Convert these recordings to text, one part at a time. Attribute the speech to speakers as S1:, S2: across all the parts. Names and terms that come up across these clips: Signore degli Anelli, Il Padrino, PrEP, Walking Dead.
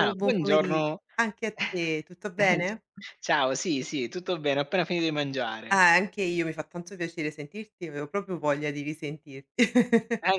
S1: Ah,
S2: buon pomeri
S1: buongiorno.
S2: anche a te, tutto bene?
S1: Ciao, sì, sì, tutto bene, ho appena finito di mangiare.
S2: Ah, anche io, mi fa tanto piacere sentirti, avevo proprio voglia di risentirti.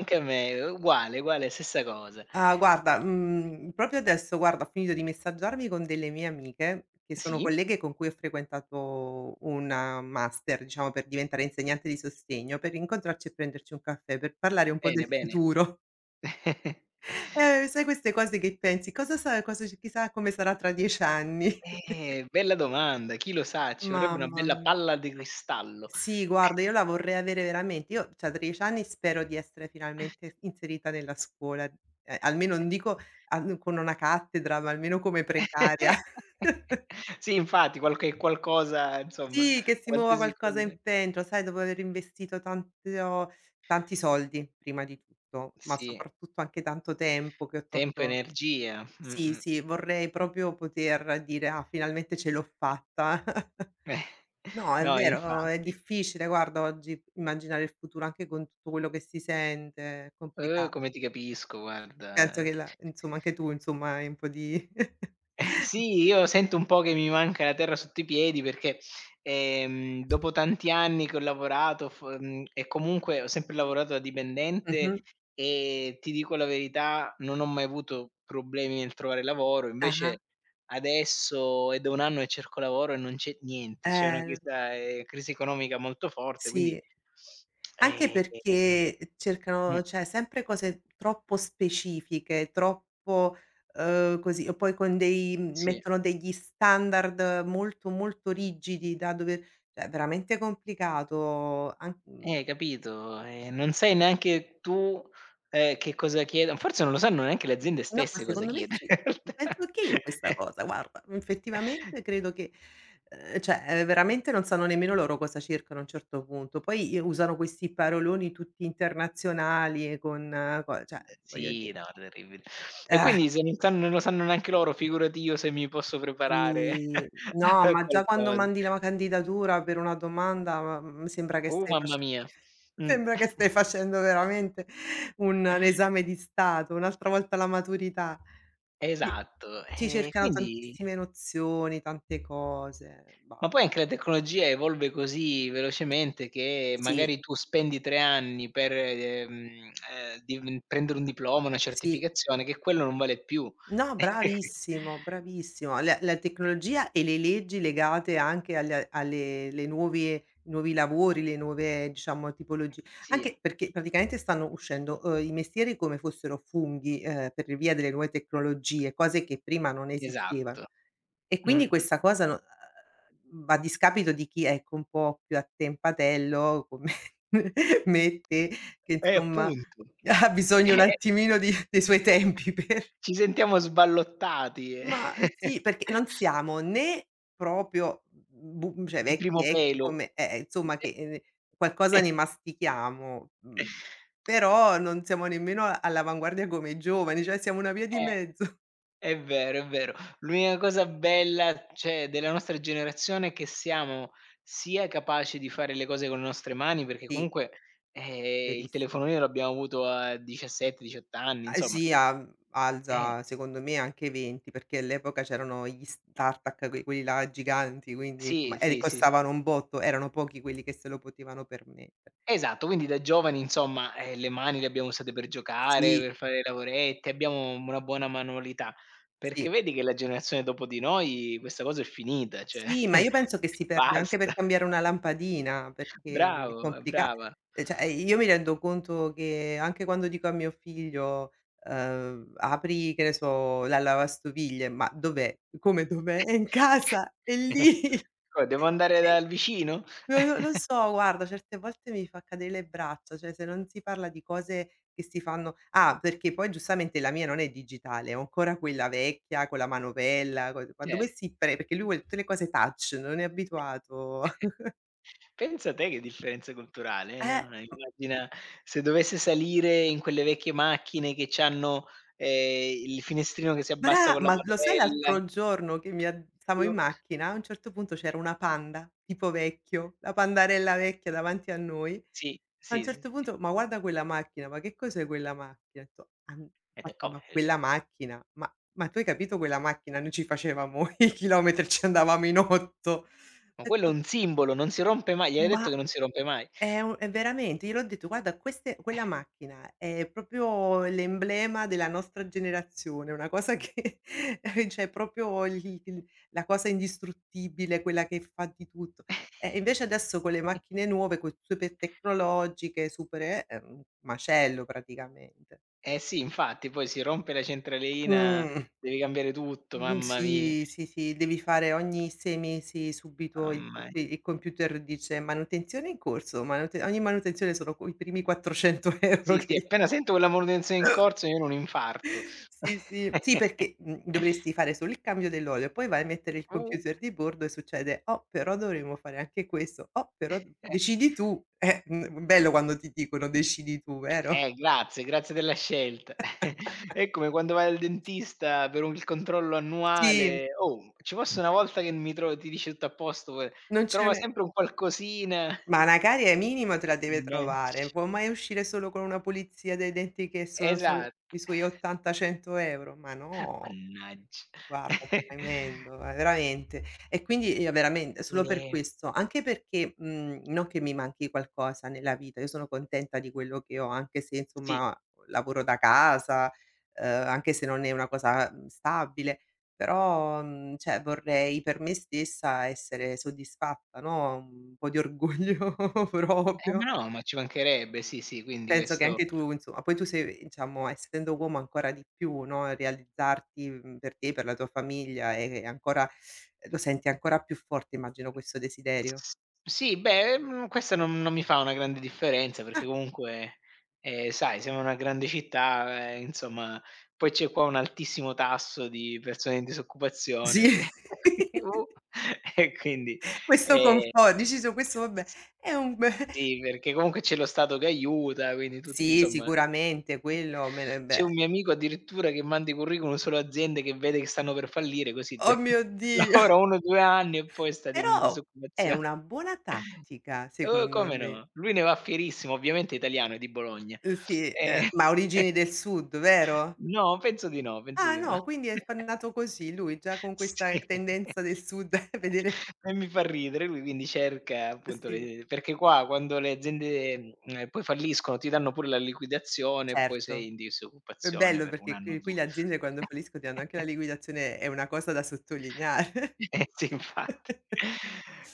S1: a me, uguale, uguale, stessa cosa.
S2: Ah, guarda, proprio adesso, guarda, ho finito di messaggiarmi con delle mie amiche, che sono
S1: Sì,
S2: colleghe con cui ho frequentato un master, diciamo, per diventare insegnante di sostegno, per incontrarci e prenderci un caffè, per parlare un po'
S1: bene,
S2: del
S1: bene.
S2: futuro. Sai queste cose che pensi: "Cosa sa cosa c chissà come sarà tra 10 anni."
S1: Bella domanda, chi lo sa, ci vorrebbe una
S2: Mamma
S1: bella
S2: mi
S1: palla di cristallo.
S2: sì, guarda, io la vorrei avere veramente. Io cioè a 13 anni spero di essere finalmente inserita nella scuola, almeno non dico al con una cattedra, ma almeno come precaria.
S1: Sì, infatti, qualche qualcosa, insomma,
S2: Sì, che si muova
S1: qualsiasi
S2: qualcosa
S1: cosa
S2: in pentola, sai, dopo aver investito tanto tanti soldi prima di tutto, ma
S1: sì,
S2: soprattutto anche tanto tempo che ho
S1: tempo, e
S2: tolto
S1: energia.
S2: sì,
S1: Mh-mh.
S2: sì, vorrei proprio poter dire: "Ah, finalmente ce l'ho fatta." No, è
S1: No,
S2: vero, è
S1: infatti.
S2: difficile guarda oggi immaginare il futuro anche con tutto quello che si sente, è complicato.
S1: Come ti capisco, guarda,
S2: Penso che
S1: eh.
S2: la insomma anche tu insomma hai un po' di.
S1: Eh sì, io sento un po' che mi manca la terra sotto i piedi perché, dopo tanti anni che ho lavorato e comunque ho sempre lavorato da dipendente
S2: Mh-mh,
S1: e ti dico la verità, non ho mai avuto problemi nel trovare lavoro.
S2: ah-ah,
S1: Invece adesso è da 1 anno che cerco lavoro e non c'è niente. C'è una
S2: eh,
S1: questa, crisi economica molto forte, quindi
S2: sì. Anche
S1: ehm,
S2: perché
S1: mh,
S2: cercano cioè sempre cose troppo specifiche, troppo, così o poi con dei
S1: sì.
S2: mettono degli standard molto, molto rigidi da dover cioè è veramente complicato an.
S1: Capito, non sai neanche tu, che cosa chieda, forse non lo sanno neanche le aziende
S2: No, ma
S1: stesse cosa
S2: secondo me
S1: chiedere
S2: sì.
S1: in realtà.
S2: Penso anch'io questa cosa, guarda. Effettivamente credo che veramente non sanno nemmeno loro cosa cercano a un certo punto. Poi i usano questi paroloni tutti internazionali e con co cioè voglio
S1: Sì,
S2: di
S1: no, terribile. E
S2: eh.
S1: quindi se non sanno, non lo sanno neanche loro, figurati io se mi posso preparare
S2: Sì, no,
S1: a
S2: ma già quando
S1: qualcosa.
S2: mandi la candidatura per una domanda, ma, sembra che stai
S1: Mamma
S2: face.
S1: mia. Mh.
S2: Sembra che stai facendo veramente un esame di stato, un'altra volta la maturità. Ti
S1: Esatto,
S2: ti cercano
S1: quindi
S2: tantissime nozioni, tante cose, bah.
S1: ma poi anche la tecnologia evolve così velocemente che
S2: Sì,
S1: magari tu spendi 3 anni per, div prendere un diploma, una
S2: sì.
S1: certificazione, che quello non vale più.
S2: No, bravissimo, bravissimo. La tecnologia e le leggi legate anche alle alle le nuove nuovi lavori, le nuove diciamo tipologi
S1: Sì,
S2: anche perché praticamente stanno uscendo, i mestieri come fossero funghi, per via delle nuove tecnologie, cose che prima non esistevano.
S1: esatto.
S2: E quindi
S1: Mh-mh.
S2: questa cosa no va a discapito di chi, ecco, un po' più attempatello come me e te, che insomma
S1: Appunto.
S2: ha bisogno un
S1: Eh,
S2: attimino di dei suoi tempi per
S1: ci sentiamo sballottati,
S2: ma, sì, perché non siamo né proprio bu cioè
S1: di
S2: vecchi
S1: primo
S2: vecchi
S1: pelo.
S2: come insomma che, qualcosa ne mastichiamo, però non siamo nemmeno a all'avanguardia come i giovani, cioè siamo una via di
S1: Eh.
S2: mezzo.
S1: È vero, è vero. L'unica cosa bella, cioè, della nostra generazione è che siamo sia capaci di fare le cose con le nostre mani, perché
S2: Sì,
S1: comunque, il
S2: verissimo.
S1: telefonino l'abbiamo avuto a 17, 18 anni,
S2: Ah, eh
S1: insomma.
S2: sì, a
S1: Eh,
S2: alza secondo me anche 20, perché all'epoca c'erano gli Startac, que quelli là giganti, quindi
S1: sì,
S2: insomma, e
S1: sì, sì, sì.
S2: costavano un botto, erano pochi quelli che se lo potevano permettere.
S1: Esatto, quindi da giovani insomma, le mani le abbiamo usate per giocare,
S2: Sì,
S1: per fare lavoretti, abbiamo una buona manualità, perché
S2: sì.
S1: vedi che la generazione dopo di noi questa cosa è finita, cioè
S2: Sì, ma io penso che si perde anche per
S1: basta.
S2: cambiare una lampadina, perché è
S1: Bravo,
S2: complica
S1: brava.
S2: io mi rendo conto che anche quando dico a mio figlio, "Apri, che ne so, la lavastoviglie", "Ma dov'è?" "Come dov'è? È in casa, è lì."
S1: Co devo andare dal vicino?
S2: Lo lo so, guarda, certe volte mi fa cadere le braccia, cioè se non si parla di cose che si fanno ah, perché poi giustamente la mia non è digitale, ho ancora quella vecchia con la manovella, co ma
S1: Cioè,
S2: dove si pre perché lui vuole tutte le cose touch, non è abituato.
S1: pensa te che differenza culturale,
S2: Eh,
S1: no,
S2: m
S1: immagina se dovesse salire in quelle vecchie macchine che c'hanno, il finestrino che si abbassa
S2: bra
S1: con la
S2: ma lo sai
S1: manovella.
S2: l'altro giorno che mi ha stavo in
S1: Io
S2: macchina, a un certo punto c'era una panda, tipo vecchio, la pandarella vecchia davanti a noi.
S1: sì,
S2: A un
S1: sì, sì.
S2: certo punto: "Ma guarda quella macchina, ma che cos'è quella macchina?" Ho detto: "Han" ho
S1: E te:
S2: fatto:
S1: "Come?
S2: "Ma quella macchina? Ma tu hai capito quella macchina? Noi ci facevamo i chilometri, ci andavamo in 8." Ho
S1: Ma quello è
S2: detto:
S1: un simbolo, non si rompe mai, gli hai detto
S2: "Ma"
S1: che non si rompe mai?"
S2: è un è veramente gliel'ho detto: "Guarda queste quella macchina è proprio l'emblema della nostra generazione, una cosa che cioè proprio il la cosa indistruttibile, quella che fa di tutto". Invece adesso con le macchine nuove, co super tecnologiche, super è un macello praticamente.
S1: Eh sì, infatti, poi si rompe la centralina,
S2: Mh.
S1: devi cambiare tutto,
S2: Mhmm,
S1: mamma mia,
S2: sì, sì, sì, devi fare ogni 6 mesi subito il
S1: mamma.
S2: tutti il computer dice: "Manutenzione in corso, manute" ogni manutenzione sono co i primi 400 €
S1: Sì, sì,
S2: che
S1: appena sento quella manutenzione in corso io ho un infarto.
S2: sì, sì. Sì, perché, dovresti fare solo il cambio dell'olio, poi vai a mettere il
S1: Uh,
S2: computer di bordo e succede: "Oh, però dovremmo fare anche questo. Oh, però"
S1: eh,
S2: decidi tu. Bello quando ti dicono: "Decidi tu", vero?
S1: grazie, grazie della scelta. È come quando vai al dentista per un il controllo
S2: Sì,
S1: annuale: "Oh, ci fosse una volta che mi tro ti dice tutto a posto, poi
S2: non ce
S1: trova
S2: n'è.
S1: sempre un qualcosina".
S2: Ma una carie minimo te la deve trovare,
S1: Mannaggia.
S2: può mai uscire solo con una pulizia dei denti che sono solo
S1: Esatto.
S2: i suoi 80-100 €? Ma no.
S1: Mannaggia.
S2: Guarda, tremendo, ma veramente. E quindi io veramente solo per
S1: Ehm,
S2: questo, anche perché, non che mi manchi qualcosa nella vita, io sono contenta di quello che ho, anche se
S1: sì.
S2: insomma lavoro da casa, anche se non è una cosa, stabile, però, cioè vorrei per me stessa essere soddisfatta, no, un po' di orgoglio
S1: Ma
S2: proprio.
S1: no, ma ci mancherebbe, sì, sì, quindi
S2: Penso che
S1: questo
S2: anche tu insomma poi tu sei diciamo essendo uomo ancora di più, no, realizzarti, per te, per la tua famiglia è ancora lo senti ancora più forte immagino questo desiderio.
S1: s sì, beh, questa non mi fa una grande differenza perché
S2: Ah.
S1: comunque, sai siamo una grande città, insomma, poi c'è qua un altissimo tasso di persone in
S2: Sì.
S1: disoccupazione per uh, e quindi,
S2: Questo
S1: ehm
S2: confo dici su questo vabbè
S1: s
S2: è un be
S1: sì, perché comunque c'è lo Stato che aiuta, quindi tutti
S2: sì
S1: insomma
S2: sicuramente quello me ne
S1: c'è un
S2: beh.
S1: mio amico addirittura che manda i curriculum solo a aziende che vede che stanno per fallire, così d
S2: Oh mio Dio.
S1: lavora 1, 2 anni e poi sta di in
S2: Però è
S1: disoccupazione.
S2: una buona tattica
S1: Oh,
S2: secondo
S1: come
S2: me.
S1: no, lui ne va fierissimo, ovviamente è italiano, è di Bologna.
S2: Sì,
S1: Ehm,
S2: ma origini del sud, vero?
S1: no, penso di no, penso
S2: Ah
S1: di no.
S2: no, quindi è f nato così lui, già con questa
S1: Sì.
S2: tendenza del sud a vedere
S1: E mi fa ridere, lui quindi cerca appunto
S2: sì,
S1: le, perché qua quando le aziende, poi falliscono ti danno pure la liquidazione e poi sei
S2: certo.
S1: in
S2: È
S1: disoccupazione
S2: bello
S1: per 1
S2: perché
S1: anno o
S2: qui
S1: 2.
S2: qui le aziende quando falliscono ti danno anche la liquidazione, è una cosa da sottolineare.
S1: Eh sì, infatti.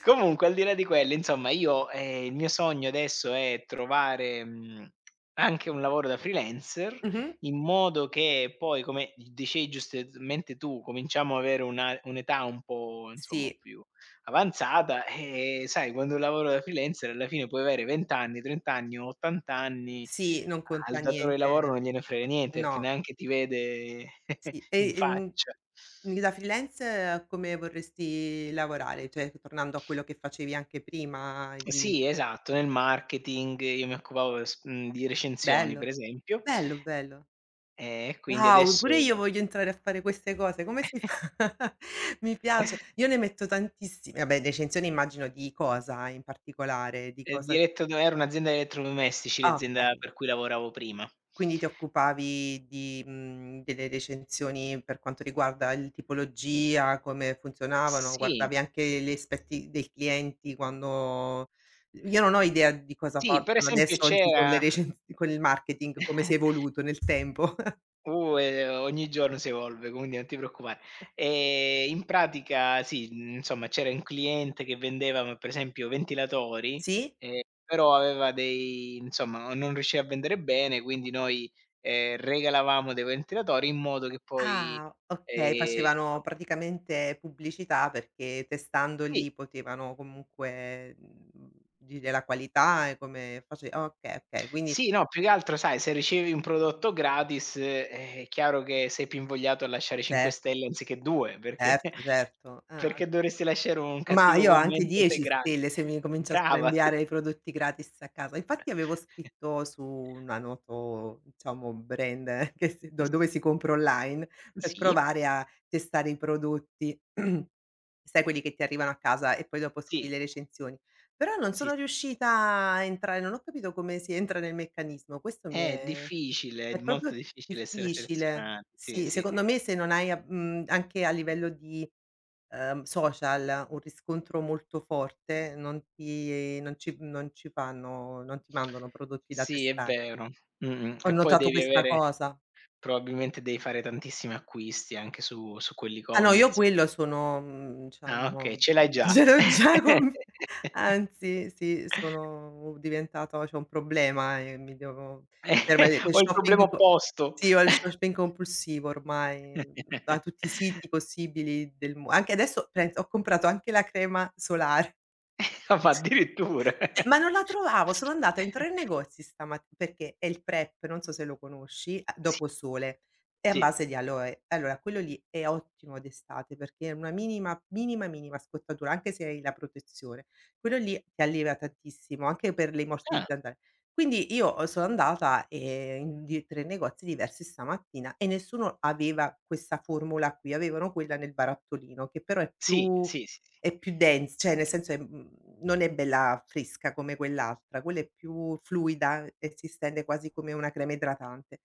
S1: Comunque al di là di quello, insomma io il mio sogno adesso è trovare, anche un lavoro da freelancer,
S2: Mh-mh.
S1: in modo che poi, come d dicevi giustamente tu, cominciamo ad avere una un'età un po' insomma
S2: Sì,
S1: più avanzata, e sai quando lavoro da freelancer alla fine puoi avere 20 anni, 30 anni o 80 anni,
S2: sì, non
S1: al
S2: conta
S1: datore di lavoro
S2: niente.
S1: non gliene frega niente, perché
S2: No,
S1: neanche ti vede
S2: sì.
S1: in
S2: E,
S1: faccia.
S2: da freelance come vorresti lavorare? Cioè, tornando a quello che facevi anche prima, di
S1: Sì, esatto, nel marketing, io mi occupavo di recensioni per
S2: bello,
S1: esempio,
S2: bello, bello.
S1: e quindi
S2: Wow,
S1: adesso
S2: pure io voglio entrare a fare queste cose. Come si fa? Mi piace. Io ne metto tantissime. Vabbè, recensioni immagino di cosa in particolare? Di
S1: è
S2: cosa
S1: diretto da era un'azienda di elettrodomestici,
S2: ah,
S1: l'azienda
S2: okay.
S1: per cui lavoravo prima.
S2: Quindi ti occupavi di delle recensioni per quanto riguarda il tipologia, come funzionavano,
S1: Sì,
S2: guardavi anche gli aspetti dei clienti quando io non ho idea di cosa
S1: sì, per
S2: facciano
S1: esempio
S2: adesso, oggi, con le
S1: c'era
S2: recens con il marketing, come si è evoluto nel tempo.
S1: uh, ogni giorno si evolve, quindi non ti preoccupare. In pratica sì, insomma c'era un cliente che vendeva m per esempio ventilatori,
S2: Sì?
S1: però aveva dei insomma non riusciva a vendere bene, quindi noi, regalavamo dei ventilatori in modo che poi,
S2: Ah, okay, facevano
S1: insomma
S2: praticamente pubblicità perché
S1: sì.
S2: testandoli potevano comunque, dire la qualità e come face ah, okay, okay, quindi
S1: Sì, no, più che altro sai, se ricevi un prodotto gratis, è chiaro che sei più invogliato a lasciare 5
S2: certo,
S1: stelle anziché 2, perché
S2: certo, certo. Ah,
S1: perché dovresti lasciare un
S2: ma
S1: cattivo
S2: io ho anche
S1: commento se è
S2: 10
S1: gratis?
S2: stelle se mi cominciassero a
S1: Brava.
S2: inviare i prodotti gratis a casa. Infatti avevo scritto su una noto, diciamo, brand che si do dove
S1: S
S2: si compra online per
S1: sì,
S2: provare a testare i prodotti. Sai quelli che ti arrivano a casa e poi dopo
S1: sì,
S2: scrivi le recensioni. Però non
S1: sì,
S2: sono
S1: s
S2: riuscita a entrare, non ho capito come si entra nel meccanismo, questo mi
S1: è difficile, è
S2: è
S1: molto
S2: proprio
S1: difficile essere
S2: difficile.
S1: selezionati, sì,
S2: Sì,
S1: sì.
S2: secondo me se non hai a anche a livello di, social un riscontro molto forte, non ci fanno non ti mandano prodotti da
S1: Sì, è
S2: testare.
S1: vero. Mh-mh.
S2: Ho
S1: E poi
S2: notato
S1: devi
S2: questa
S1: avere
S2: cosa.
S1: probabilmente devi fare tantissimi acquisti anche su su
S2: Ah no, io
S1: quell'e-commerce.
S2: quello sono,
S1: Ah okay,
S2: diciamo
S1: ce l'hai già.
S2: ce l'ho già con anzi sì, sono diventato c'ho un problema e mi devo fermare quel
S1: Ho il problema
S2: shopping co
S1: opposto.
S2: sì, ho il shopping compulsivo ormai, da tutti i siti possibili del mo anche adesso pensa ho comprato anche la crema solare.
S1: Ah, ma addirittura.
S2: Ma non la trovavo, sono andata in 3 negozi stamat perché è il PrEP, non so se lo conosci, a
S1: Sì,
S2: dopo sole, è a
S1: sì.
S2: base di aloe. Allora quello lì è ottimo d'estate perché è una minima, minima, minima scottatura, anche se hai la protezione. Quello lì ti alleva tantissimo, anche per le morti di
S1: Ah,
S2: zanzare. Quindi io, sono andata, in di 3 negozi diversi stamattina e nessuno aveva questa formula qui, avevano quella nel barattolino, che però
S1: sì, sì, sì, sì.
S2: è più dens cioè nel senso è non è bella fresca come quell'altra, quella è più fluida e si stende quasi come una crema idratante.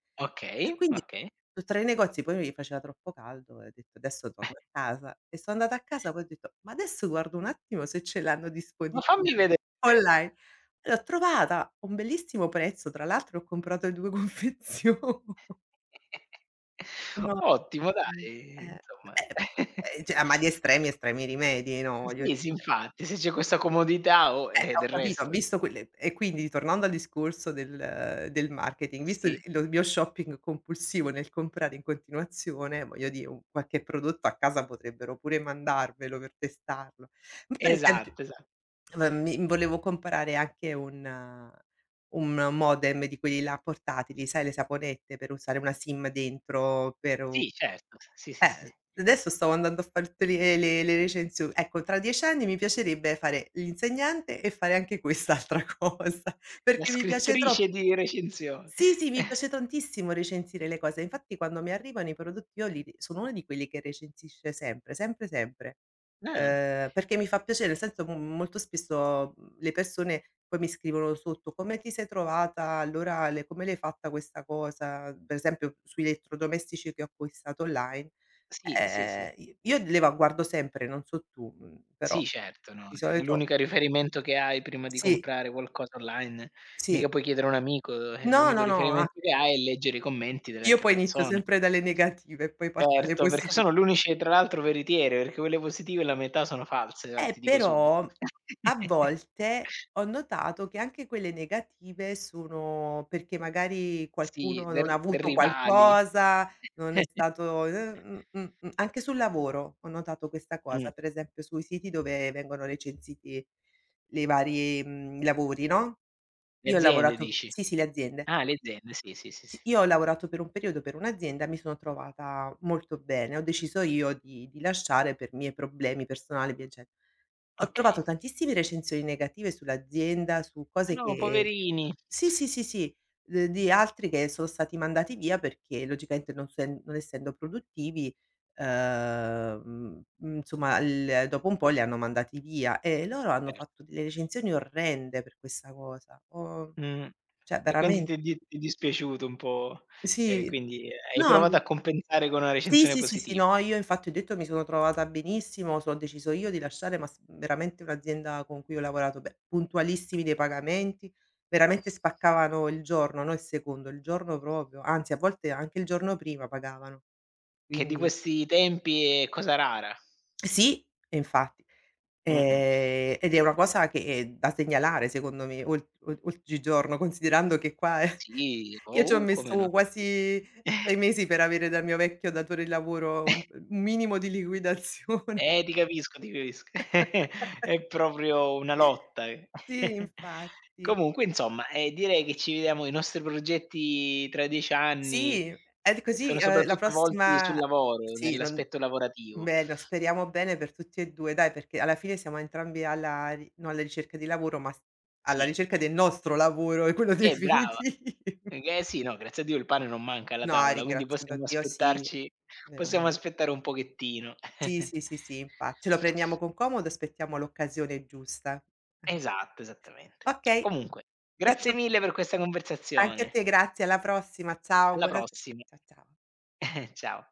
S2: E
S1: Okay,
S2: quindi
S1: okay.
S2: su 3 negozi, poi mi faceva troppo caldo e ho detto: "Adesso torno a casa." E so' andata a casa poi ho detto: "Ma adesso guardo un attimo se ce l'hanno
S1: Ma fammi
S2: disponibile
S1: vedere.
S2: online." E l'ho trovata a un bellissimo prezzo, tra l'altro ho comprato 2 confezio. No,
S1: Ottimo
S2: mhmm,
S1: dai,
S2: eh,
S1: insomma.
S2: eh, cioè ma di estremi, estremi rimedi, no, voglio
S1: Sì, sì,
S2: dire.
S1: infatti, se c'è questa comodità, oh,
S2: Ho
S1: del
S2: capito,
S1: resto
S2: visto quelle e quindi tornando al discorso del del marketing, visto il
S1: sì,
S2: lo mio shopping compulsivo nel comprare in continuazione, voglio dire, un qualche prodotto a casa potrebbero pure mandarmelo per testarlo. Ma per esempio
S1: esatto, esa
S2: mi volevo comprare anche un modem di quelli là portatili, sai le saponette per usare una SIM dentro per u
S1: sì certo, sì, sì, sì.
S2: eh, adesso stavo andando a far tutte le recensio ecco, tra 10 anni mi piacerebbe fare l'insegnante e fare anche quest'altra cosa,
S1: La
S2: perché mi piace tro
S1: scrittrice di recensioni.
S2: sì, sì, mi piace tantissimo recensire le cose. Infatti quando mi arrivano i prodotti io li ri sono una di quelli che recensisce sempre, sempre, sempre,
S1: Ah,
S2: perché mi fa piacere, nel senso mo molto spesso, le persone poi mi scrivono sotto: "Come ti sei trovata all'orale? Come l'hai fatta questa cosa?" Per esempio sugli elettrodomestici che ho acquistato online.
S1: sì, sì, sì.
S2: I io le va guardo sempre, non so tu, però
S1: Sì, certo, no,
S2: di
S1: è
S2: solito
S1: l'unico riferimento che hai prima di
S2: sì,
S1: comprare qualcosa online.
S2: sì.
S1: Mica puoi chiedere a un amico,
S2: No,
S1: l'unico
S2: no, no, a
S1: riferimento che hai è leggere i commenti delle
S2: io
S1: altre
S2: poi inizio
S1: persone.
S2: sempre dalle negative e poi passo alle
S1: Certo,
S2: posi.
S1: perché sono le unici tra l'altro veritiere, perché quelle positive la metà sono false, guarda ti dico subito.
S2: Però a volte ho notato che anche quelle negative sono perché magari
S1: Sì,
S2: qualcuno
S1: der
S2: non ha
S1: de
S2: avuto
S1: rivali.
S2: qualcosa, non è stato anche sul lavoro ho notato questa
S1: Mh,
S2: cosa, per esempio sui siti dove vengono recensiti le varie i vari lavori, no,
S1: le
S2: io ho
S1: aziende
S2: lavorato
S1: dici?
S2: sì, sì, le aziende.
S1: Ah, le aziende, sì, sì, sì, sì.
S2: Sì, io ho lavorato per un periodo per un'azienda, mi sono trovata molto bene, ho deciso io di lasciare per miei problemi personali, via dicen ho trovato
S1: Okay.
S2: tantissime recensioni negative sull'azienda, su
S1: Eh
S2: cose
S1: no,
S2: che
S1: poverini.
S2: sì, sì, sì, sì, d di altri che sono stati mandati via perché logicamente non sen non essendo produttivi, insomma il dopo un po' li hanno mandati via e loro hanno
S1: Certo.
S2: fatto delle recensioni orrende per questa cosa. Ho
S1: Mh.
S2: cioè
S1: E quindi ti
S2: veramente
S1: è di ti è dispiaciuto un po', e
S2: sì,
S1: quindi hai
S2: no
S1: provato a compensare con una
S2: sì,
S1: recensione
S2: sì, sì, sì,
S1: positiva,
S2: no, io infatti ho detto mi sono trovata benissimo, so ho deciso io di lasciare, ma s veramente un'azienda con cui ho lavorato beh, puntualissimi nei pagamenti, veramente spaccavano il giorno, no il secondo, il giorno proprio, anzi a volte anche il giorno prima pagavano.
S1: che di
S2: Quindi
S1: questi tempi è cosa rara.
S2: sì, e infatti.
S1: Mh-mh.
S2: Ed è una cosa che è da segnalare secondo me olt o oggigiorno, considerando che qua
S1: Sì,
S2: io ci ho
S1: oh, come no.
S2: messo quasi 6 mesi per avere dal mio vecchio datore di lavoro un minimo di liquidazione.
S1: Ti capisco, ti capisco. È proprio una lotta, eh.
S2: Sì, infatti.
S1: Comunque insomma, direi che ci vediamo i nostri progetti tra 10 anni,
S2: Sì, ed
S1: e
S2: così,
S1: sono
S2: la
S1: soprattutto volti sul
S2: prossima
S1: lavoro,
S2: sì, non
S1: nell'aspetto lavorativo.
S2: bello, speriamo bene per tutti e 2 dai, perché alla fine siamo entrambi alla ri non alla ricerca di lavoro, ma s alla
S1: Sì.
S2: ricerca del nostro lavoro, è quello
S1: Brava.
S2: definitivo.
S1: Sì, no, grazie a Dio il pane non manca alla
S2: No, e
S1: tavola, quindi
S2: ringraziando
S1: possiamo
S2: Dio sì,
S1: aspettarci possiamo
S2: veramen
S1: aspettare un pochettino.
S2: sì, sì, sì, sì, infa ce lo prendiamo con comodo, aspettiamo l'occasione giusta. Eh.
S1: Esatto, esattamente.
S2: Okay,
S1: Comunque,
S2: è
S1: grazie
S2: stato
S1: mille per questa
S2: anche a
S1: conversazione.
S2: te grazie, alla prossima. Ciao,
S1: Alla
S2: buona se
S1: prossima.
S2: cia ciao.
S1: Ciao.